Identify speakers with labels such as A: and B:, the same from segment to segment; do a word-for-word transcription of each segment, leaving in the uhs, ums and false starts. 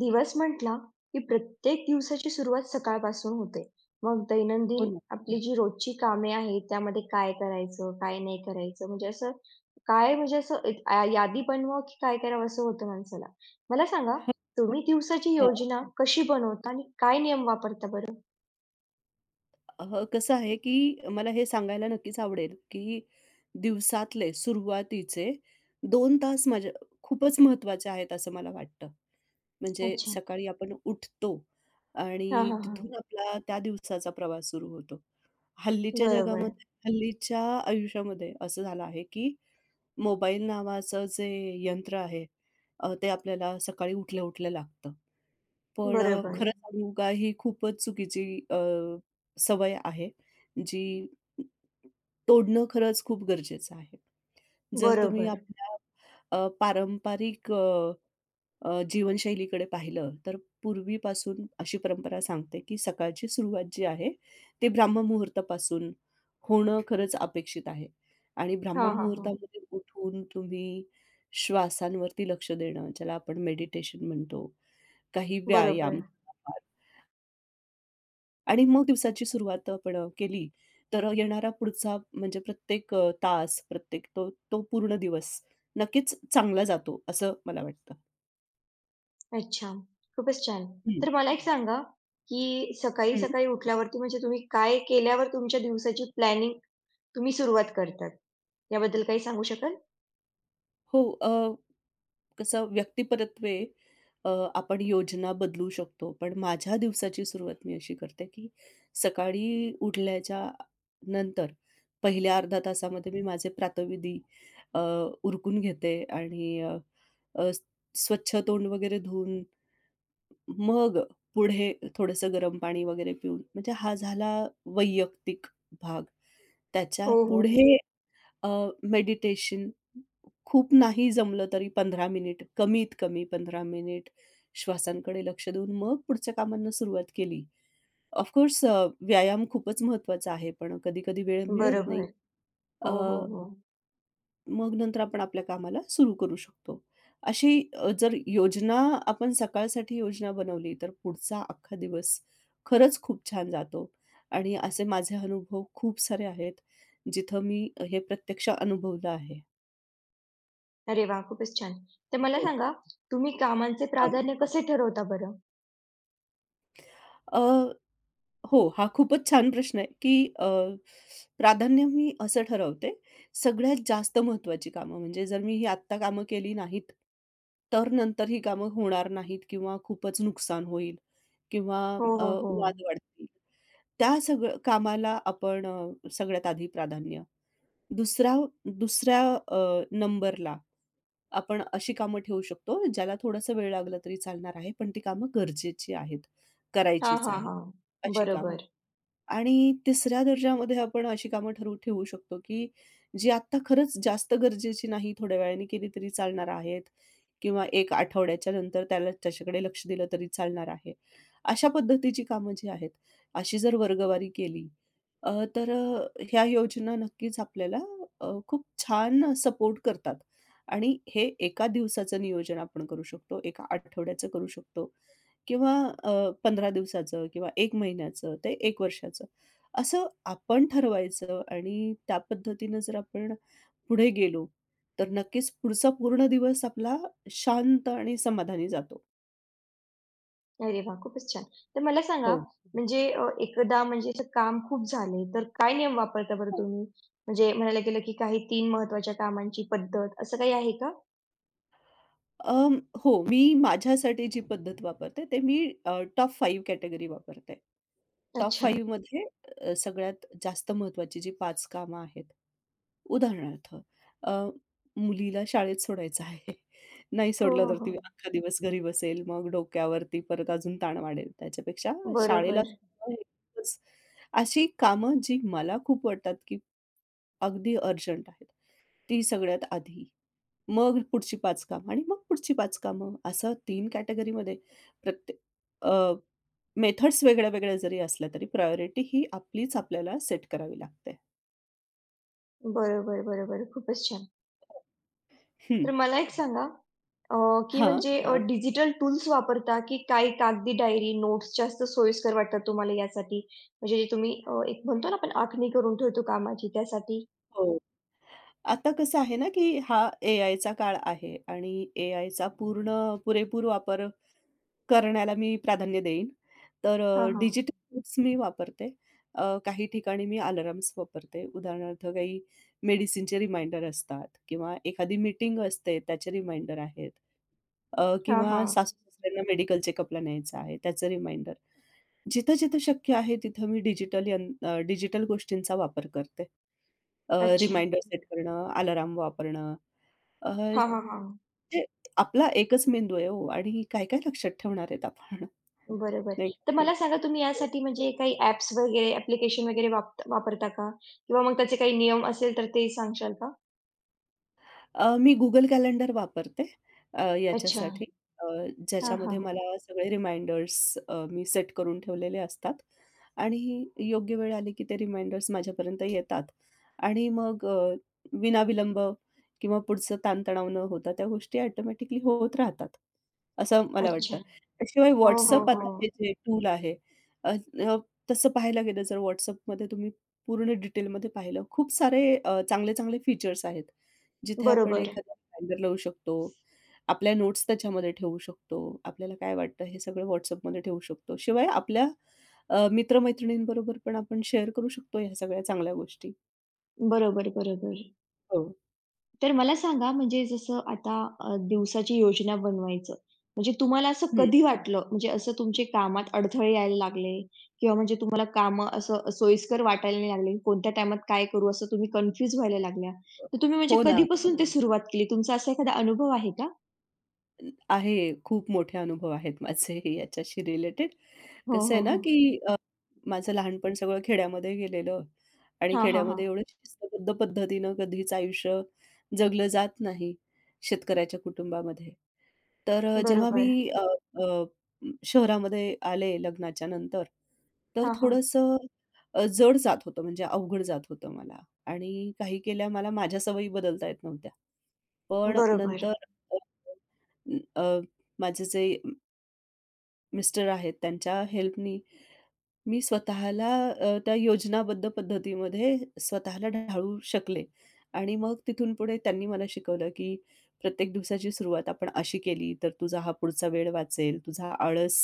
A: दिवस म्हटला की प्रत्येक दिवसाची सुरुवात सकाळपासून होते. मग
B: हो
A: दैनंदिन
B: ना.
A: आपली जी रोजची कामे आहेत, त्यामध्ये काय करायचं, काय नाही करायचं, म्हणजे असं काय म्हणजे असं एक आ, यादी बनवावं की काय करावं असं होतं माणसाला. मला सांगा, तुम्ही दिवसाची
B: हां.
A: योजना कशी बनवता आणि काय नियम वापरता बरं?
B: हं, कसं आहे, की मला हे सांगायला नक्कीच आवडेल, की दिवसातले सुरुवातीचे दोन तास माझ्या खूपच महत्वाचे आहेत असं मला वाटतं. म्हणजे
A: अच्छा.
B: सकाळी आपण उठतो
A: हां,
B: आणि
A: हां, हां.
B: तिथून आपला त्या दिवसाचा प्रवास सुरू होतो. हल्लीच्या
A: बरोबर,
B: जगामध्ये, हल्लीच्या आयुष्यामध्ये असं झालं आहे, की मोबाईल नावाचं जे यंत्र आहे, अ, ते आपल्याला सकाळी उठल्या-उठल्या लागतं. पण अ,
A: बरोबर,
B: खरं सांगू का, ही खूपच चुकीची अ, सवय आहे, जी तोडणं खरंच खूप गरजेचं आहे. जर तुम्ही
A: बरोबर.
B: आपल्या अ, पारंपरिक अ, जीवनशैलीकडे पाहिलं, तर पूर्वीपासून अशी परंपरा सांगते, की सकाळची सुरुवात जी आहे, ते ब्राह्ममुहूर्तापासून होणं खरंच अपेक्षित आहे. आणि
A: हां, हां, हां.
B: ब्राह्ममुहूर्तामध्ये उठून तुम्ही श्वासांवरती लक्ष देणं, ज्याला आपण मेडिटेशन म्हणतो, काही व्यायाम
A: बरोबर.
B: आणि मग दिवसाची सुरुवात आपण केली, तर अ, येणारा पुढचा म्हणजे प्रत्येक अ, तास, प्रत्येक तो तो पूर्ण दिवस नक्कीच चांगला जातो, असं मला वाटतं.
A: अच्छा. खूपच छान.
B: हं,
A: तर मला एक सांगा, की
B: हं.
A: सकाळी-सकाळी उठल्यावरती म्हणजे तुम्ही काय केल्यावर तुमच्या दिवसाची प्लॅनिंग तुम्ही सुरुवात करतात? याबद्दल काही सांगू शकाल?
B: हो. कसं व्यक्तिपरत्वे अ, आपण योजना बदलू शकतो. पण माझ्या दिवसाची सुरुवात मी अशी करते, की सकाळी उठल्याच्या नंतर पहिल्या अर्धा तासामध्ये मी माझे प्रातःविधी अ, उरकून घेते आणि अ, अ, स्वच्छ तोंड वगैरे धुवून मग पुढे थोडंसं गरम पाणी वगैरे पिऊन, म्हणजे हा झाला वैयक्तिक भाग.
A: हो,
B: त्याच्या
A: हो, हो.
B: पुढे अ, मेडिटेशन खूप नाही जमलं तरी पंधरा मिनिट, कमीत कमी पंधरा मिनिट श्वासांकडे लक्ष देऊन मग पुढच्या कामांना सुरुवात केली. ऑफकोर्स अ, व्यायाम खूपच महत्त्वाचा आहे, पण कधी-कधी वेळ मिळत
A: बरोबर.
B: नाही. अ,
A: हो, हो, हो.
B: मग नंतर आपण आपल्या कामाला सुरू करू शकतो. अशी अ, जर योजना आपण सकाळसाठी योजना बनवली, तर पुढचा अख्खा दिवस खरंच खूप छान जातो आणि असे माझे अनुभव खूप सारे आहेत, जिथं मी हे प्रत्यक्ष अनुभवलं आहे.
A: अरे वाह! खूपच छान. तर मला
B: हो.
A: सांगा, तुम्ही कामांचे
B: हां.
A: प्राधान्य कसे ठरवता बरं?
B: अ, हो, हा खूपच छान प्रश्न आहे, की अ, प्राधान्य मी असं ठरवते, सगळ्यात जास्त महत्त्वाची कामं म्हणजे जर मी ही आत्ता कामं केली नाहीत, तर नंतर ही कामं होणार नाहीत किंवा खूपच नुकसान होईल किंवा
A: हो,
B: अ,
A: हो, हो.
B: वाद वाढतील. त्या सगळं कामाला आपण अ, सगळ्यात आधी प्राधान्य. दुसरा दुसऱ्या अ, नंबरला आपण अशी कामं ठेवू शकतो, ज्याला थोडासा वेळ लागला तरी चालणार आहे, पण ती कामं गरजेची आहेत,
A: हां,
B: करायचीच
A: हां,
B: आहेत,
A: हां.
B: अशी कामं.
A: बरोबर.
B: आणि तिसऱ्या दर्जामध्ये आपण अशी कामं ठरवू ठेवू शकतो, की जी आत्ता खरंच जास्त गरजेची नाही, थोड्या वेळाने केली तरी चालणार आहेत किंवा एक आठवड्याच्या नंतर त्याला त्याच्याकडे लक्ष दिलं तरी चालणार आहे. अशा पद्धतीची कामं जी आहेत, अशी जर वर्गवारी केली, अ, तर अ, ह्या योजना नक्कीच आपल्याला अ, खूप छान सपोर्ट करतात आणि हे एका दिवसाचं नियोजन आपण करू शकतो, एका आठवड्याचं करू शकतो किंवा अ, पंधरा दिवसाचं किंवा एक महिन्याचं, ते एक वर्षाचं. असं आपण ठरवायचं आणि त्या पद्धतीनं जर आपण पुढे गेलो, तर नक्कीच पुढचा पूर्ण दिवस आपला शांत आणि समाधानी जातो.
A: अरे वाह! खूपच छान. तर मला सांगा,
B: हो.
A: म्हणजे अ, एकदा म्हणजे असं काम खूप झाले, तर काय नियम वापरता बरं तुम्ही? म्हणजे म्हणायला गेलं, की काही तीन महत्त्वाच्या कामांची पद्धत असं काही आहे का?
B: अं, हो, मी माझ्यासाठी जी पद्धत वापरते ते मी अ, टॉप पाच कॅटेगरी वापरते. टॉप
A: अच्छा.
B: पाच मध्ये अ, सगळ्यात जास्त महत्त्वाची जी पाच कामं आहेत. उदाहरणार्थ अ, मुलीला शाळेत सोडायचं आहे. नाही
A: हो,
B: सोडलं
A: हो,
B: तर
A: हो.
B: ती अख्खा दिवस घरी बसेल. मग डोक्यावरती परत अजून ताण वाढेल. त्याच्यापेक्षा शाळेला
A: बरोबर.
B: सोडणं हे खूपच, अशी कामं जी मला खूप वाटतात, की अगदी अर्जंट आहेत. ती सगळ्यात आधी. मग पुढची पाच कामं आणि मग पुढची पाच कामं, असं तीन कॅटेगरीमध्ये. प्रत्येक अ, मेथड्स वेगळ्या-वेगळ्या जरी असल्या तरी प्रायोरिटी ही आपलीच आपल्याला सेट करावी लागते.
A: बरोबर, बरोबर. खूपच छान.
B: हं.
A: तर मला एक सांगा, अ, की
B: हां.
A: म्हणजे अ, हां. डिजिटल टूल्स वापरता, की काही कागदी डायरी, नोट्स जास्त सोयीस्कर वाटतात तुम्हाला यासाठी? म्हणजे जे तुम्ही अ, एक म्हणतो ना आपण आखणी करून ठेवतो कामाची त्यासाठी?
B: हो. आता कसं आहे ना, की हा एआयचा काळ आहे आणि एआयचा पूर्ण पुरेपूर वापर करण्याला मी प्राधान्य देईन. तर अ,
A: हां, हां.
B: डिजिटल टूल्स मी वापरते. अ, काही ठिकाणी मी अलार्म्स वापरते. उदाहरणार्थ काही मेडिसिनचे रिमाइंडर असतात किंवा एखादी मीटिंग असते त्याचे रिमाइंडर आहेत, अ,
A: हां,
B: किंवा
A: हां.
B: सासू-सासऱ्यांना मेडिकल चेकअपला न्यायचं आहे त्याचं रिमाइंडर. जिथं-जिथं शक्य आहे तिथं मी डिजिटल यं डिजिटल गोष्टींचा वापर करते.
A: अच्छा.
B: रिमाइंडर सेट करणं, अलार्म वापरणं, अ,
A: हां, हां, हां.
B: ते आपला एकच मेंदू आहे हो आणि काय-काय लक्षात ठेवणार आहेत आपण,
A: बरोबर.
B: नाही का?
A: तर मला सांगा तुम्ही यासाठी म्हणजे काही ॲप्स वगैरे, ॲप्लिकेशन वगैरे वाप वापरता का? किंवा मग त्याचे काही नियम असेल तर ते सांगशाल का?
B: अ, मी Google कॅलेंडर वापरते अ,
A: अच्छा.
B: याच्यासाठी, अ,
A: हां,
B: ज्याच्यामध्ये
A: हां.
B: मला सगळे रिमाइंडर्स अ, मी सेट करून ठेवलेले असतात आणि योग्य वेळ आली की ते रिमाइंडर्स माझ्यापर्यंत येतात आणि मग अ, विनाविलंब किंवा पुढचं ताणतणाव न होता त्या गोष्टी ऑटोमॅटिकली होत राहतात, असं मला
A: अच्छा.
B: वाटतं.
A: हो,
B: शिवाय
A: हो,
B: WhatsApp,
A: हो.
B: आता हे जे टूल आहे, अ, अ, तसं पाहायला गेलं, जर WhatsAppमध्ये तुम्ही पूर्ण डिटेलमध्ये पाहिलं, खूप सारे अ, चांगले-चांगले फीचर्स आहेत. जिथे आपण
A: बरोबर.
B: एखादा रिमाइंडर लावू शकतो. आपल्या नोट्स त्याच्यामध्ये ठेवू शकतो. आपल्याला काय वाटतं हे सगळं WhatsAppमध्ये ठेवू शकतो. शिवाय आपल्या अ, मित्र-मैत्रिणींबरोबर पण आपण शेअर करू शकतो ह्या सगळ्या चांगल्या गोष्टी.
A: बरोबर, बरोबर.
B: हो.
A: तर मला सांगा म्हणजे जसं आता अ, दिवसाची योजना बनवायचं, म्हणजे तुम्हाला असं
B: हं.
A: कधी वाटलं, म्हणजे असं तुमचे कामात अडथळे यायला लागले किंवा म्हणजे तुम्हाला कामं असं सोयीस्कर वाटायला नाही लागले, कोणत्या टाईमात काय करू असं तुम्ही कन्फ्यूज व्हायला लागल्या. तर तुम्ही म्हणजे
B: हो ना.
A: कधीपासून ते सुरुवात केली? तुमचा असा एखादा अनुभव आहे का?
B: आहे. खूप मोठे अनुभव आहेत माझे याच्याशी रिलेटेड.
A: हो,
B: कसं आहे
A: हो,
B: ना,
A: हो.
B: की अ, माझं लहानपण सगळं खेड्यामध्ये गेलेलं आणि
A: हां, हां, हां.
B: खेड्यामध्ये एवढं शिस्तबद्ध पद्धतीनं कधीच आयुष्य जगलं जात नाही शेतकऱ्याच्या कुटुंबामध्ये. तर अ, जेव्हा मी
A: बरोबर.
B: अ, अ, शहरामध्ये आले लग्नाच्या नंतर, तर
A: हां, हां.
B: थोडंसं अ, जड जात होतं, म्हणजे अवघड जात होतं मला आणि काही केल्या मला माझ्या सवयी बदलता येत नव्हत्या. पण
A: बरोबर,
B: नंतर अ, अ, माझे जे मिस्टर आहेत त्यांच्या हेल्पनी मी स्वतःला अ, त्या योजनाबद्ध पद्धतीमध्ये स्वतःला ढाळू शकले आणि मग तिथून पुढे त्यांनी मला शिकवलं, की प्रत्येक दिवसाची सुरुवात आपण अशी केली, तर तुझा हा पुढचा वेळ वाचेल, तुझा आळस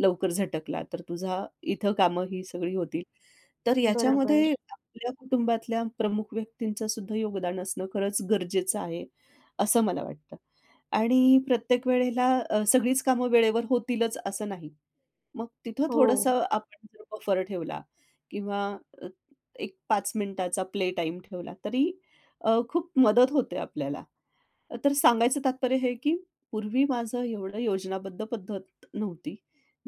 B: लवकर झटकला, तर तुझा इथं कामं ही सगळी होतील. तर याच्यामध्ये
A: बरोबर.
B: आपल्या कुटुंबातल्या प्रमुख व्यक्तींचं सुद्धा योगदान असणं खरंच गरजेचं आहे, असं मला वाटतं. आणि प्रत्येक वेळेला अ, सगळीच कामं वेळेवर होतीलच असं नाही. मग तिथं
A: हो.
B: थोडंसं आपण जर बफर ठेवला किंवा अ, एक पाच मिनिटाचा प्ले टाईम ठेवला, तरी अ, खूप मदत होते आपल्याला. तर सांगायचं तात्पर्य हे, की पूर्वी माझं एवढं योजनाबद्ध पद्धत नव्हती,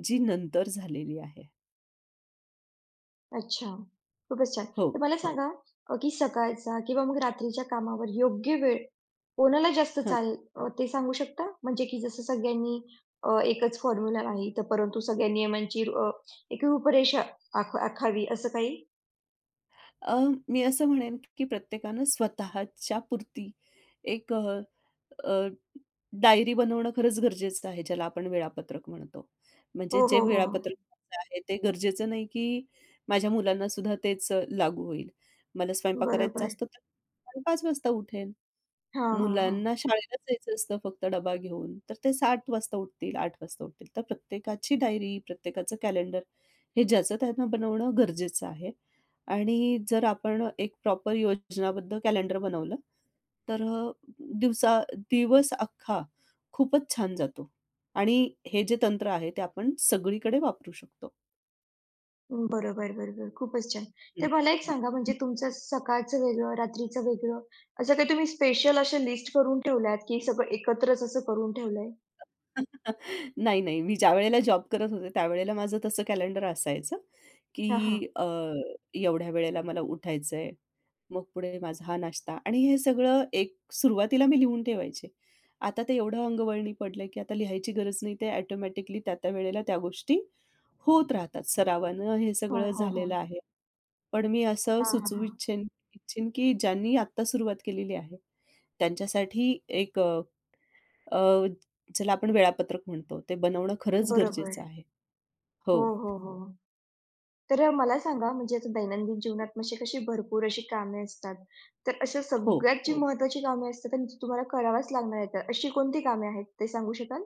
B: जी नंतर झालेली आहे.
A: अच्छा. खूपच छान.
B: हो.
A: तर मला सांगा अ, की सकाळचा किंवा मग रात्रीच्या कामावर योग्य वेळ कोणाला जास्त
B: हं.
A: चाल, अ, ते सांगू शकता? म्हणजे की जसं सगळ्यांनी अ, एकच फॉर्म्युला नाही, तर परंतु सगळ्या नियमांची रु- अ, एक रूपरेषा आख आखावी असं काही?
B: अ, मी असं म्हणेन, की प्रत्येकानं स्वतःच्या पुरती एक अ, अ, डायरी बनवणं खरंच गरजेचं आहे, ज्याला आपण वेळापत्रक म्हणतो. म्हणजे
A: हो,
B: जे
A: हो, हो.
B: वेळापत्रक माझं आहे, ते गरजेचं नाही की माझ्या मुलांनासुद्धा तेच अ, लागू होईल. मला स्वयंपाक करायचा
A: बरोबर.
B: असतो, तर पाच वाजता उठेन.
A: हां, हां, हां.
B: मुलांना शाळेलाच जायचं असतं फक्त डबा घेऊन, तर ते सात वाजता उठतील, आठ वाजता उठतील. तर प्रत्येकाची डायरी, प्रत्येकाचं कॅलेंडर हे ज्याचं त्यांना बनवणं गरजेचं आहे. आणि जर आपण एक प्रॉपर योजनाबद्ध कॅलेंडर बनवलं, तर अ, दिवसा दिवस अख्खा खूपच छान जातो. आणि हे जे तंत्र आहे, ते आपण सगळीकडे वापरू शकतो.
A: बरोबर, बरोबर. खूपच छान.
B: हं.
A: तर मला एक सांगा म्हणजे तुमचं सकाळचं वेगळं, रात्रीचं वेगळं असं काही तुम्ही स्पेशल अशा लिस्ट करून ठेवल्यात, की सगळं एकत्रच असं करून ठेवलंय?
B: नाही, नाही. मी ज्यावेळेला जॉब करत होते, त्यावेळेला माझं तसं कॅलेंडर असायचं,
A: हां, हां.
B: की अ, एवढ्या वेळेला मला उठायचंय, मग पुढे माझा हा नाश्ता आणि हे सगळं, एक सुरुवातीला मी लिहून ठेवायचे. आता ते एवढं अंगवळणी पडलंय, की आता लिहायची गरज नाही. ते ऑटोमॅटिकली त्या-त्या वेळेला त्या गोष्टी होत राहतात. सरावानं हे
A: हो,
B: सगळं
A: हो, हो.
B: झालेलं आहे. पण मी असं
A: हां, हां,
B: सुचवू
A: हां.
B: इच्छेन इच्छेन, की ज्यांनी आत्ता सुरुवात केलेली आहे, त्यांच्यासाठी एक, अ, ज्याला आपण वेळापत्रक म्हणतो, ते बनवणं खरंच गरजेचं
A: बरोबर.
B: आहे. हो,
A: हो, हो, हो. तर अ, मला सांगा म्हणजे आता दैनंदिन जीवनात म्हणजे कशी भरपूर अशी कामे असतात. तर अशा
B: हो.
A: सगळ्यात जी, हो, महत्त्वाची कामे असतात आणि जी तुम्हाला करावाच लागणार आहेत, अशी कोणती कामे आहेत ते सांगू शकाल?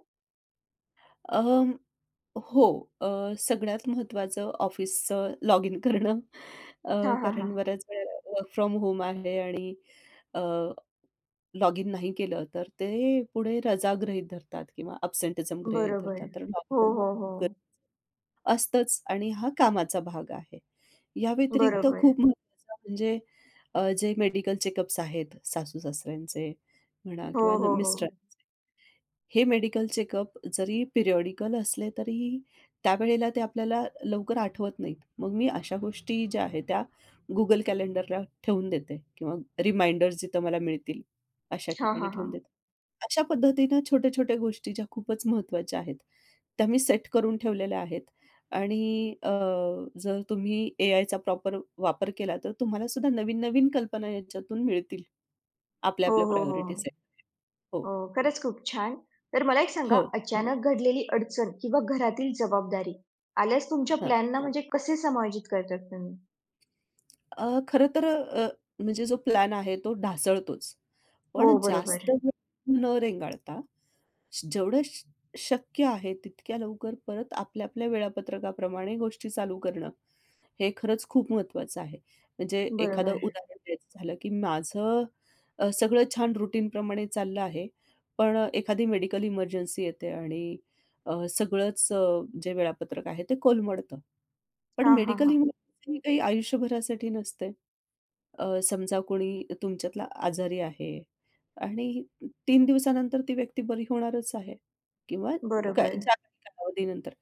B: अं, हो. अ, सगळ्यात महत्त्वाचं ऑफिसचं लॉग इन करणं. अ,
A: हां, हां, हां.
B: कारण बऱ्याच वेळा वर्क फ्रॉम होम आहे आणि अ, लॉग इन नाही केलं, तर ते पुढे रजा गृहीत धरतात किंवा अब्सेंटिझम गृहीत
A: बरोबर.
B: धरतात. तर लॉगिन
A: हो, हो,
B: खूप
A: हो.
B: गरजेचं असतंच आणि हा कामाचा भाग आहे. या व्यतिरिक्त
A: बरोबर.
B: खूप महत्त्वाचं म्हणजे अ, जे मेडिकल चेकअप्स आहेत सासू-सासऱ्यांचे म्हणा
A: हो,
B: किंवा न
A: हो, हो.
B: मिस्टरांचे, हे मेडिकल चेकअप जरी पिरियॉडिकल असले तरीही त्यावेळेला ते आपल्याला लवकर आठवत नाहीत. मग मी अशा गोष्टी ज्या आहेत त्या Google कॅलेंडरला ठेवून देते किंवा रिमाइंडर्स जिथं मला मिळतील अशा
A: हां,
B: ठिकाणी
A: हां,
B: ठेवून
A: हां.
B: देते. अशा पद्धतीनं छोट्या-छोट्या गोष्टी ज्या खूपच महत्त्वाच्या आहेत, त्या मी सेट करून ठेवलेल्या आहेत आणि अ, जर तुम्ही एआयचा प्रॉपर वापर केला, तर तुम्हाला सुद्धा नवीन-नवीन कल्पना याच्यातून मिळतील
A: हो,
B: आपल्या-आपल्या
A: हो, हो.
B: Priority set. हो.
A: हो, खरंच खूप छान. तर मला एक सांगा
B: हो.
A: अचानक घडलेली अडचण किंवा घरातील जबाबदारी आल्यास तुमच्या प्लॅनना म्हणजे कसे समायोजित करतात तुम्ही?
B: अ, खरं तर, अ, म्हणजे जो प्लॅन आहे तो ढासळतोच. पण
A: हो, बरोबर.
B: जास्त वेळ न रेंगाळता, श- जेवढं श शक्य आहे तितक्या लवकर परत आपल्या आपल्या वेळापत्रकाप्रमाणे गोष्टी चालू करणं, हे खरंच खूप महत्त्वाचं आहे. म्हणजे एखादं
A: बरोबर.
B: उदाहरण द्यायचं झालं, की माझं अ, सगळं छान रुटीनप्रमाणे चाललं आहे. पण एखादी मेडिकल इमर्जन्सी येते आणि अ, सगळंच, अ, जे वेळापत्रक आहे ते कोलमडतं. पण
A: हां, हां,
B: मेडिकल
A: हां.
B: इमर्जन्सी काही आयुष्यभरासाठी नसते. अ, समजा कोणी तुमच्यातला आजारी आहे आणि तीन दिवसानंतर ती व्यक्ती बरी होणारच आहे किंवा का
A: बरोबर.
B: ज्या काही कालावधीनंतर.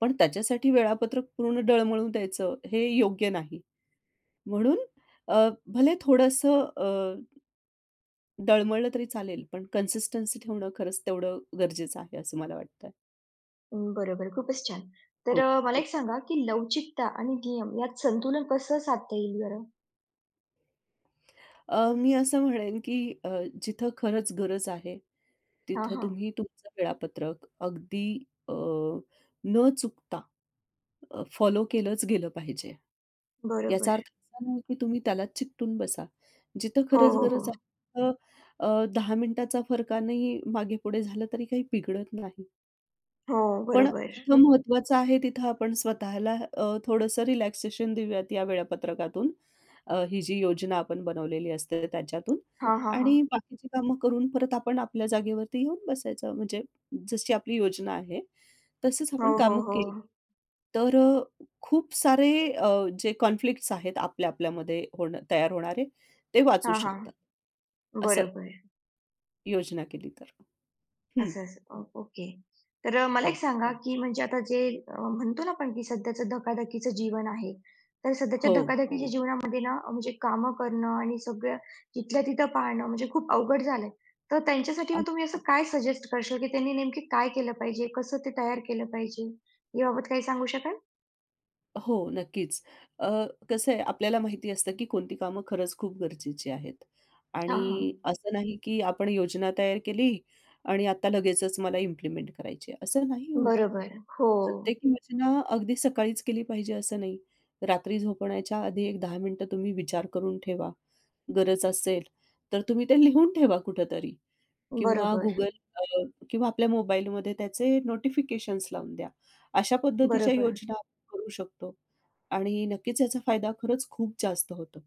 B: पण त्याच्यासाठी वेळापत्रक पूर्ण डळमळू द्यायचं हे योग्य नाही. म्हणून अ, भले थोडंसं अ, डळमळलं तरी चालेल, पण कन्सिस्टन्सी ठेवणं खरंच तेवढं गरजेचं आहे असं मला वाटतंय.
A: अं, बरोबर. खूपच छान. तर
B: हो.
A: अ, मला एक सांगा, की लवचिकता आणि नियम यात संतुलन कसं साधता येईल बरं?
B: अ, मी असं म्हणेन, की अ, जिथं खरंच गरज आहे,
A: हां,
B: तिथं
A: हां.
B: तुम्ही तुमचं वेळापत्रक अगदी अ, न चुकता फॉलो केलंच गेलं पाहिजे. याचा
A: बरोबर.
B: अर्थ असा नाही, की तुम्ही त्यालाच चिकटून बसा. जिथं
A: हो,
B: खरंच
A: हो,
B: गरज आहे
A: हो.
B: तिथं अ, दहा मिनिटाचा फरकानेही मागे-पुढे झालं तरी काही बिघडत नाही.
A: हो,
B: पण
A: बरोबर.
B: जिथं महत्त्वाचं आहे तिथं आपण स्वतःला अ, थोडंसं रिलॅक्सेशन देऊयात या वेळापत्रकातून. अ, ही जी योजना आपण बनवलेली असते त्याच्यातून,
A: हां, हां, हां.
B: आणि बाकीची कामं करून परत आपण आपल्या जागेवरती येऊन बसायचं. म्हणजे जशी आपली योजना आहे, तसंच
A: हो,
B: आपण
A: हो,
B: कामं
A: हो.
B: केली. तर अ, खूप सारे अ, जे कॉन्फ्लिक्ट्स आहेत आपल्या आपल्यामध्ये होणं तयार होणारे, ते वाचू
A: हां, हां.
B: शकतात. असं
A: बरोबर.
B: योजना केली तर. हं.
A: असं असं. Oh okay. तर अ, मला एक
B: हो.
A: सांगा, की म्हणजे आता जे अ, म्हणतो ना आपण, की सध्याचं धकाधकीचं जीवन आहे. तर सध्याच्या
B: हो.
A: धकाधकीच्या, हो, जीवनामध्ये ना अ, म्हणजे कामं करणं आणि सगळं तिथल्या तिथं पाळणं म्हणजे खूप अवघड झालंय. तर त्यांच्यासाठी मग तुम्ही असं काय सजेस्ट करशाल, की त्यांनी नेमकी काय केलं पाहिजे? कसं ते तयार केलं पाहिजे? याबाबत काही सांगू शकाल?
B: हो, नक्कीच. अ, कसं आहे, आपल्याला माहिती असतं, की कोणती कामं खरंच खूप गरजेची आहेत
A: हां, हां.
B: आणि असं नाही, की आपण योजना तयार केली आणि आता लगेचच मला इम्प्लिमेंट करायची आहे, असं नाही होत.
A: बरोबर. हो.
B: प्रत्येक योजना अगदी सकाळीच केली पाहिजे असं नाही. रात्री झोपण्याच्या आधी एक दहा मिनिटं तुम्ही विचार करून ठेवा. गरज असेल तर तुम्ही ते लिहून ठेवा कुठेतरी. किंवा
A: बरोबर.
B: Google, अ, किंवा आपल्या मोबाईलमध्ये त्याचे नोटिफिकेशन्स लावून द्या. अशा पद्धतीच्या
A: बरोबर.
B: योजना आपण करू शकतो आणि नक्कीच याचा फायदा खरंच खूप जास्त होतो.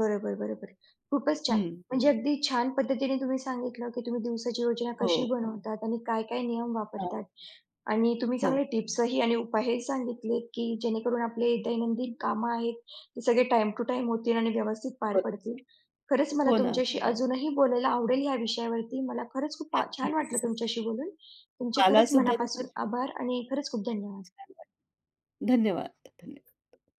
A: बरोबर, बरोबर. खूपच छान.
B: हं.
A: म्हणजे अगदी छान पद्धतीने तुम्ही सांगितलं, की तुम्ही दिवसाची योजना
B: हो.
A: कशी बनवतात आणि काय-काय नियम
B: हां.
A: वापरतात. आणि तुम्ही
B: हो.
A: चांगले टिप्सही आणि उपायही सांगितलेत, की जेणेकरून आपले दैनंदिन कामं आहेत, ते सगळे टाईम टू टाईम होतील आणि व्यवस्थित पार
B: बरोबर.
A: पडतील. खरंच मला
B: हो ना.
A: तुमच्याशी, हो, अजूनही बोलायला आवडेल या विषयावरती. मला खरंच खूप आ- छान वाटलं
B: नक्कीच.
A: तुमच्याशी बोलून. तुमचे
B: मला
A: खरंच
B: सुद्धा
A: मनापासून
B: तुमच्याशी
A: आभार आणि खरंच खूप
B: खूप
A: धन्यवाद.
B: छान वाटलं. धन्यवाद. धन्यवाद.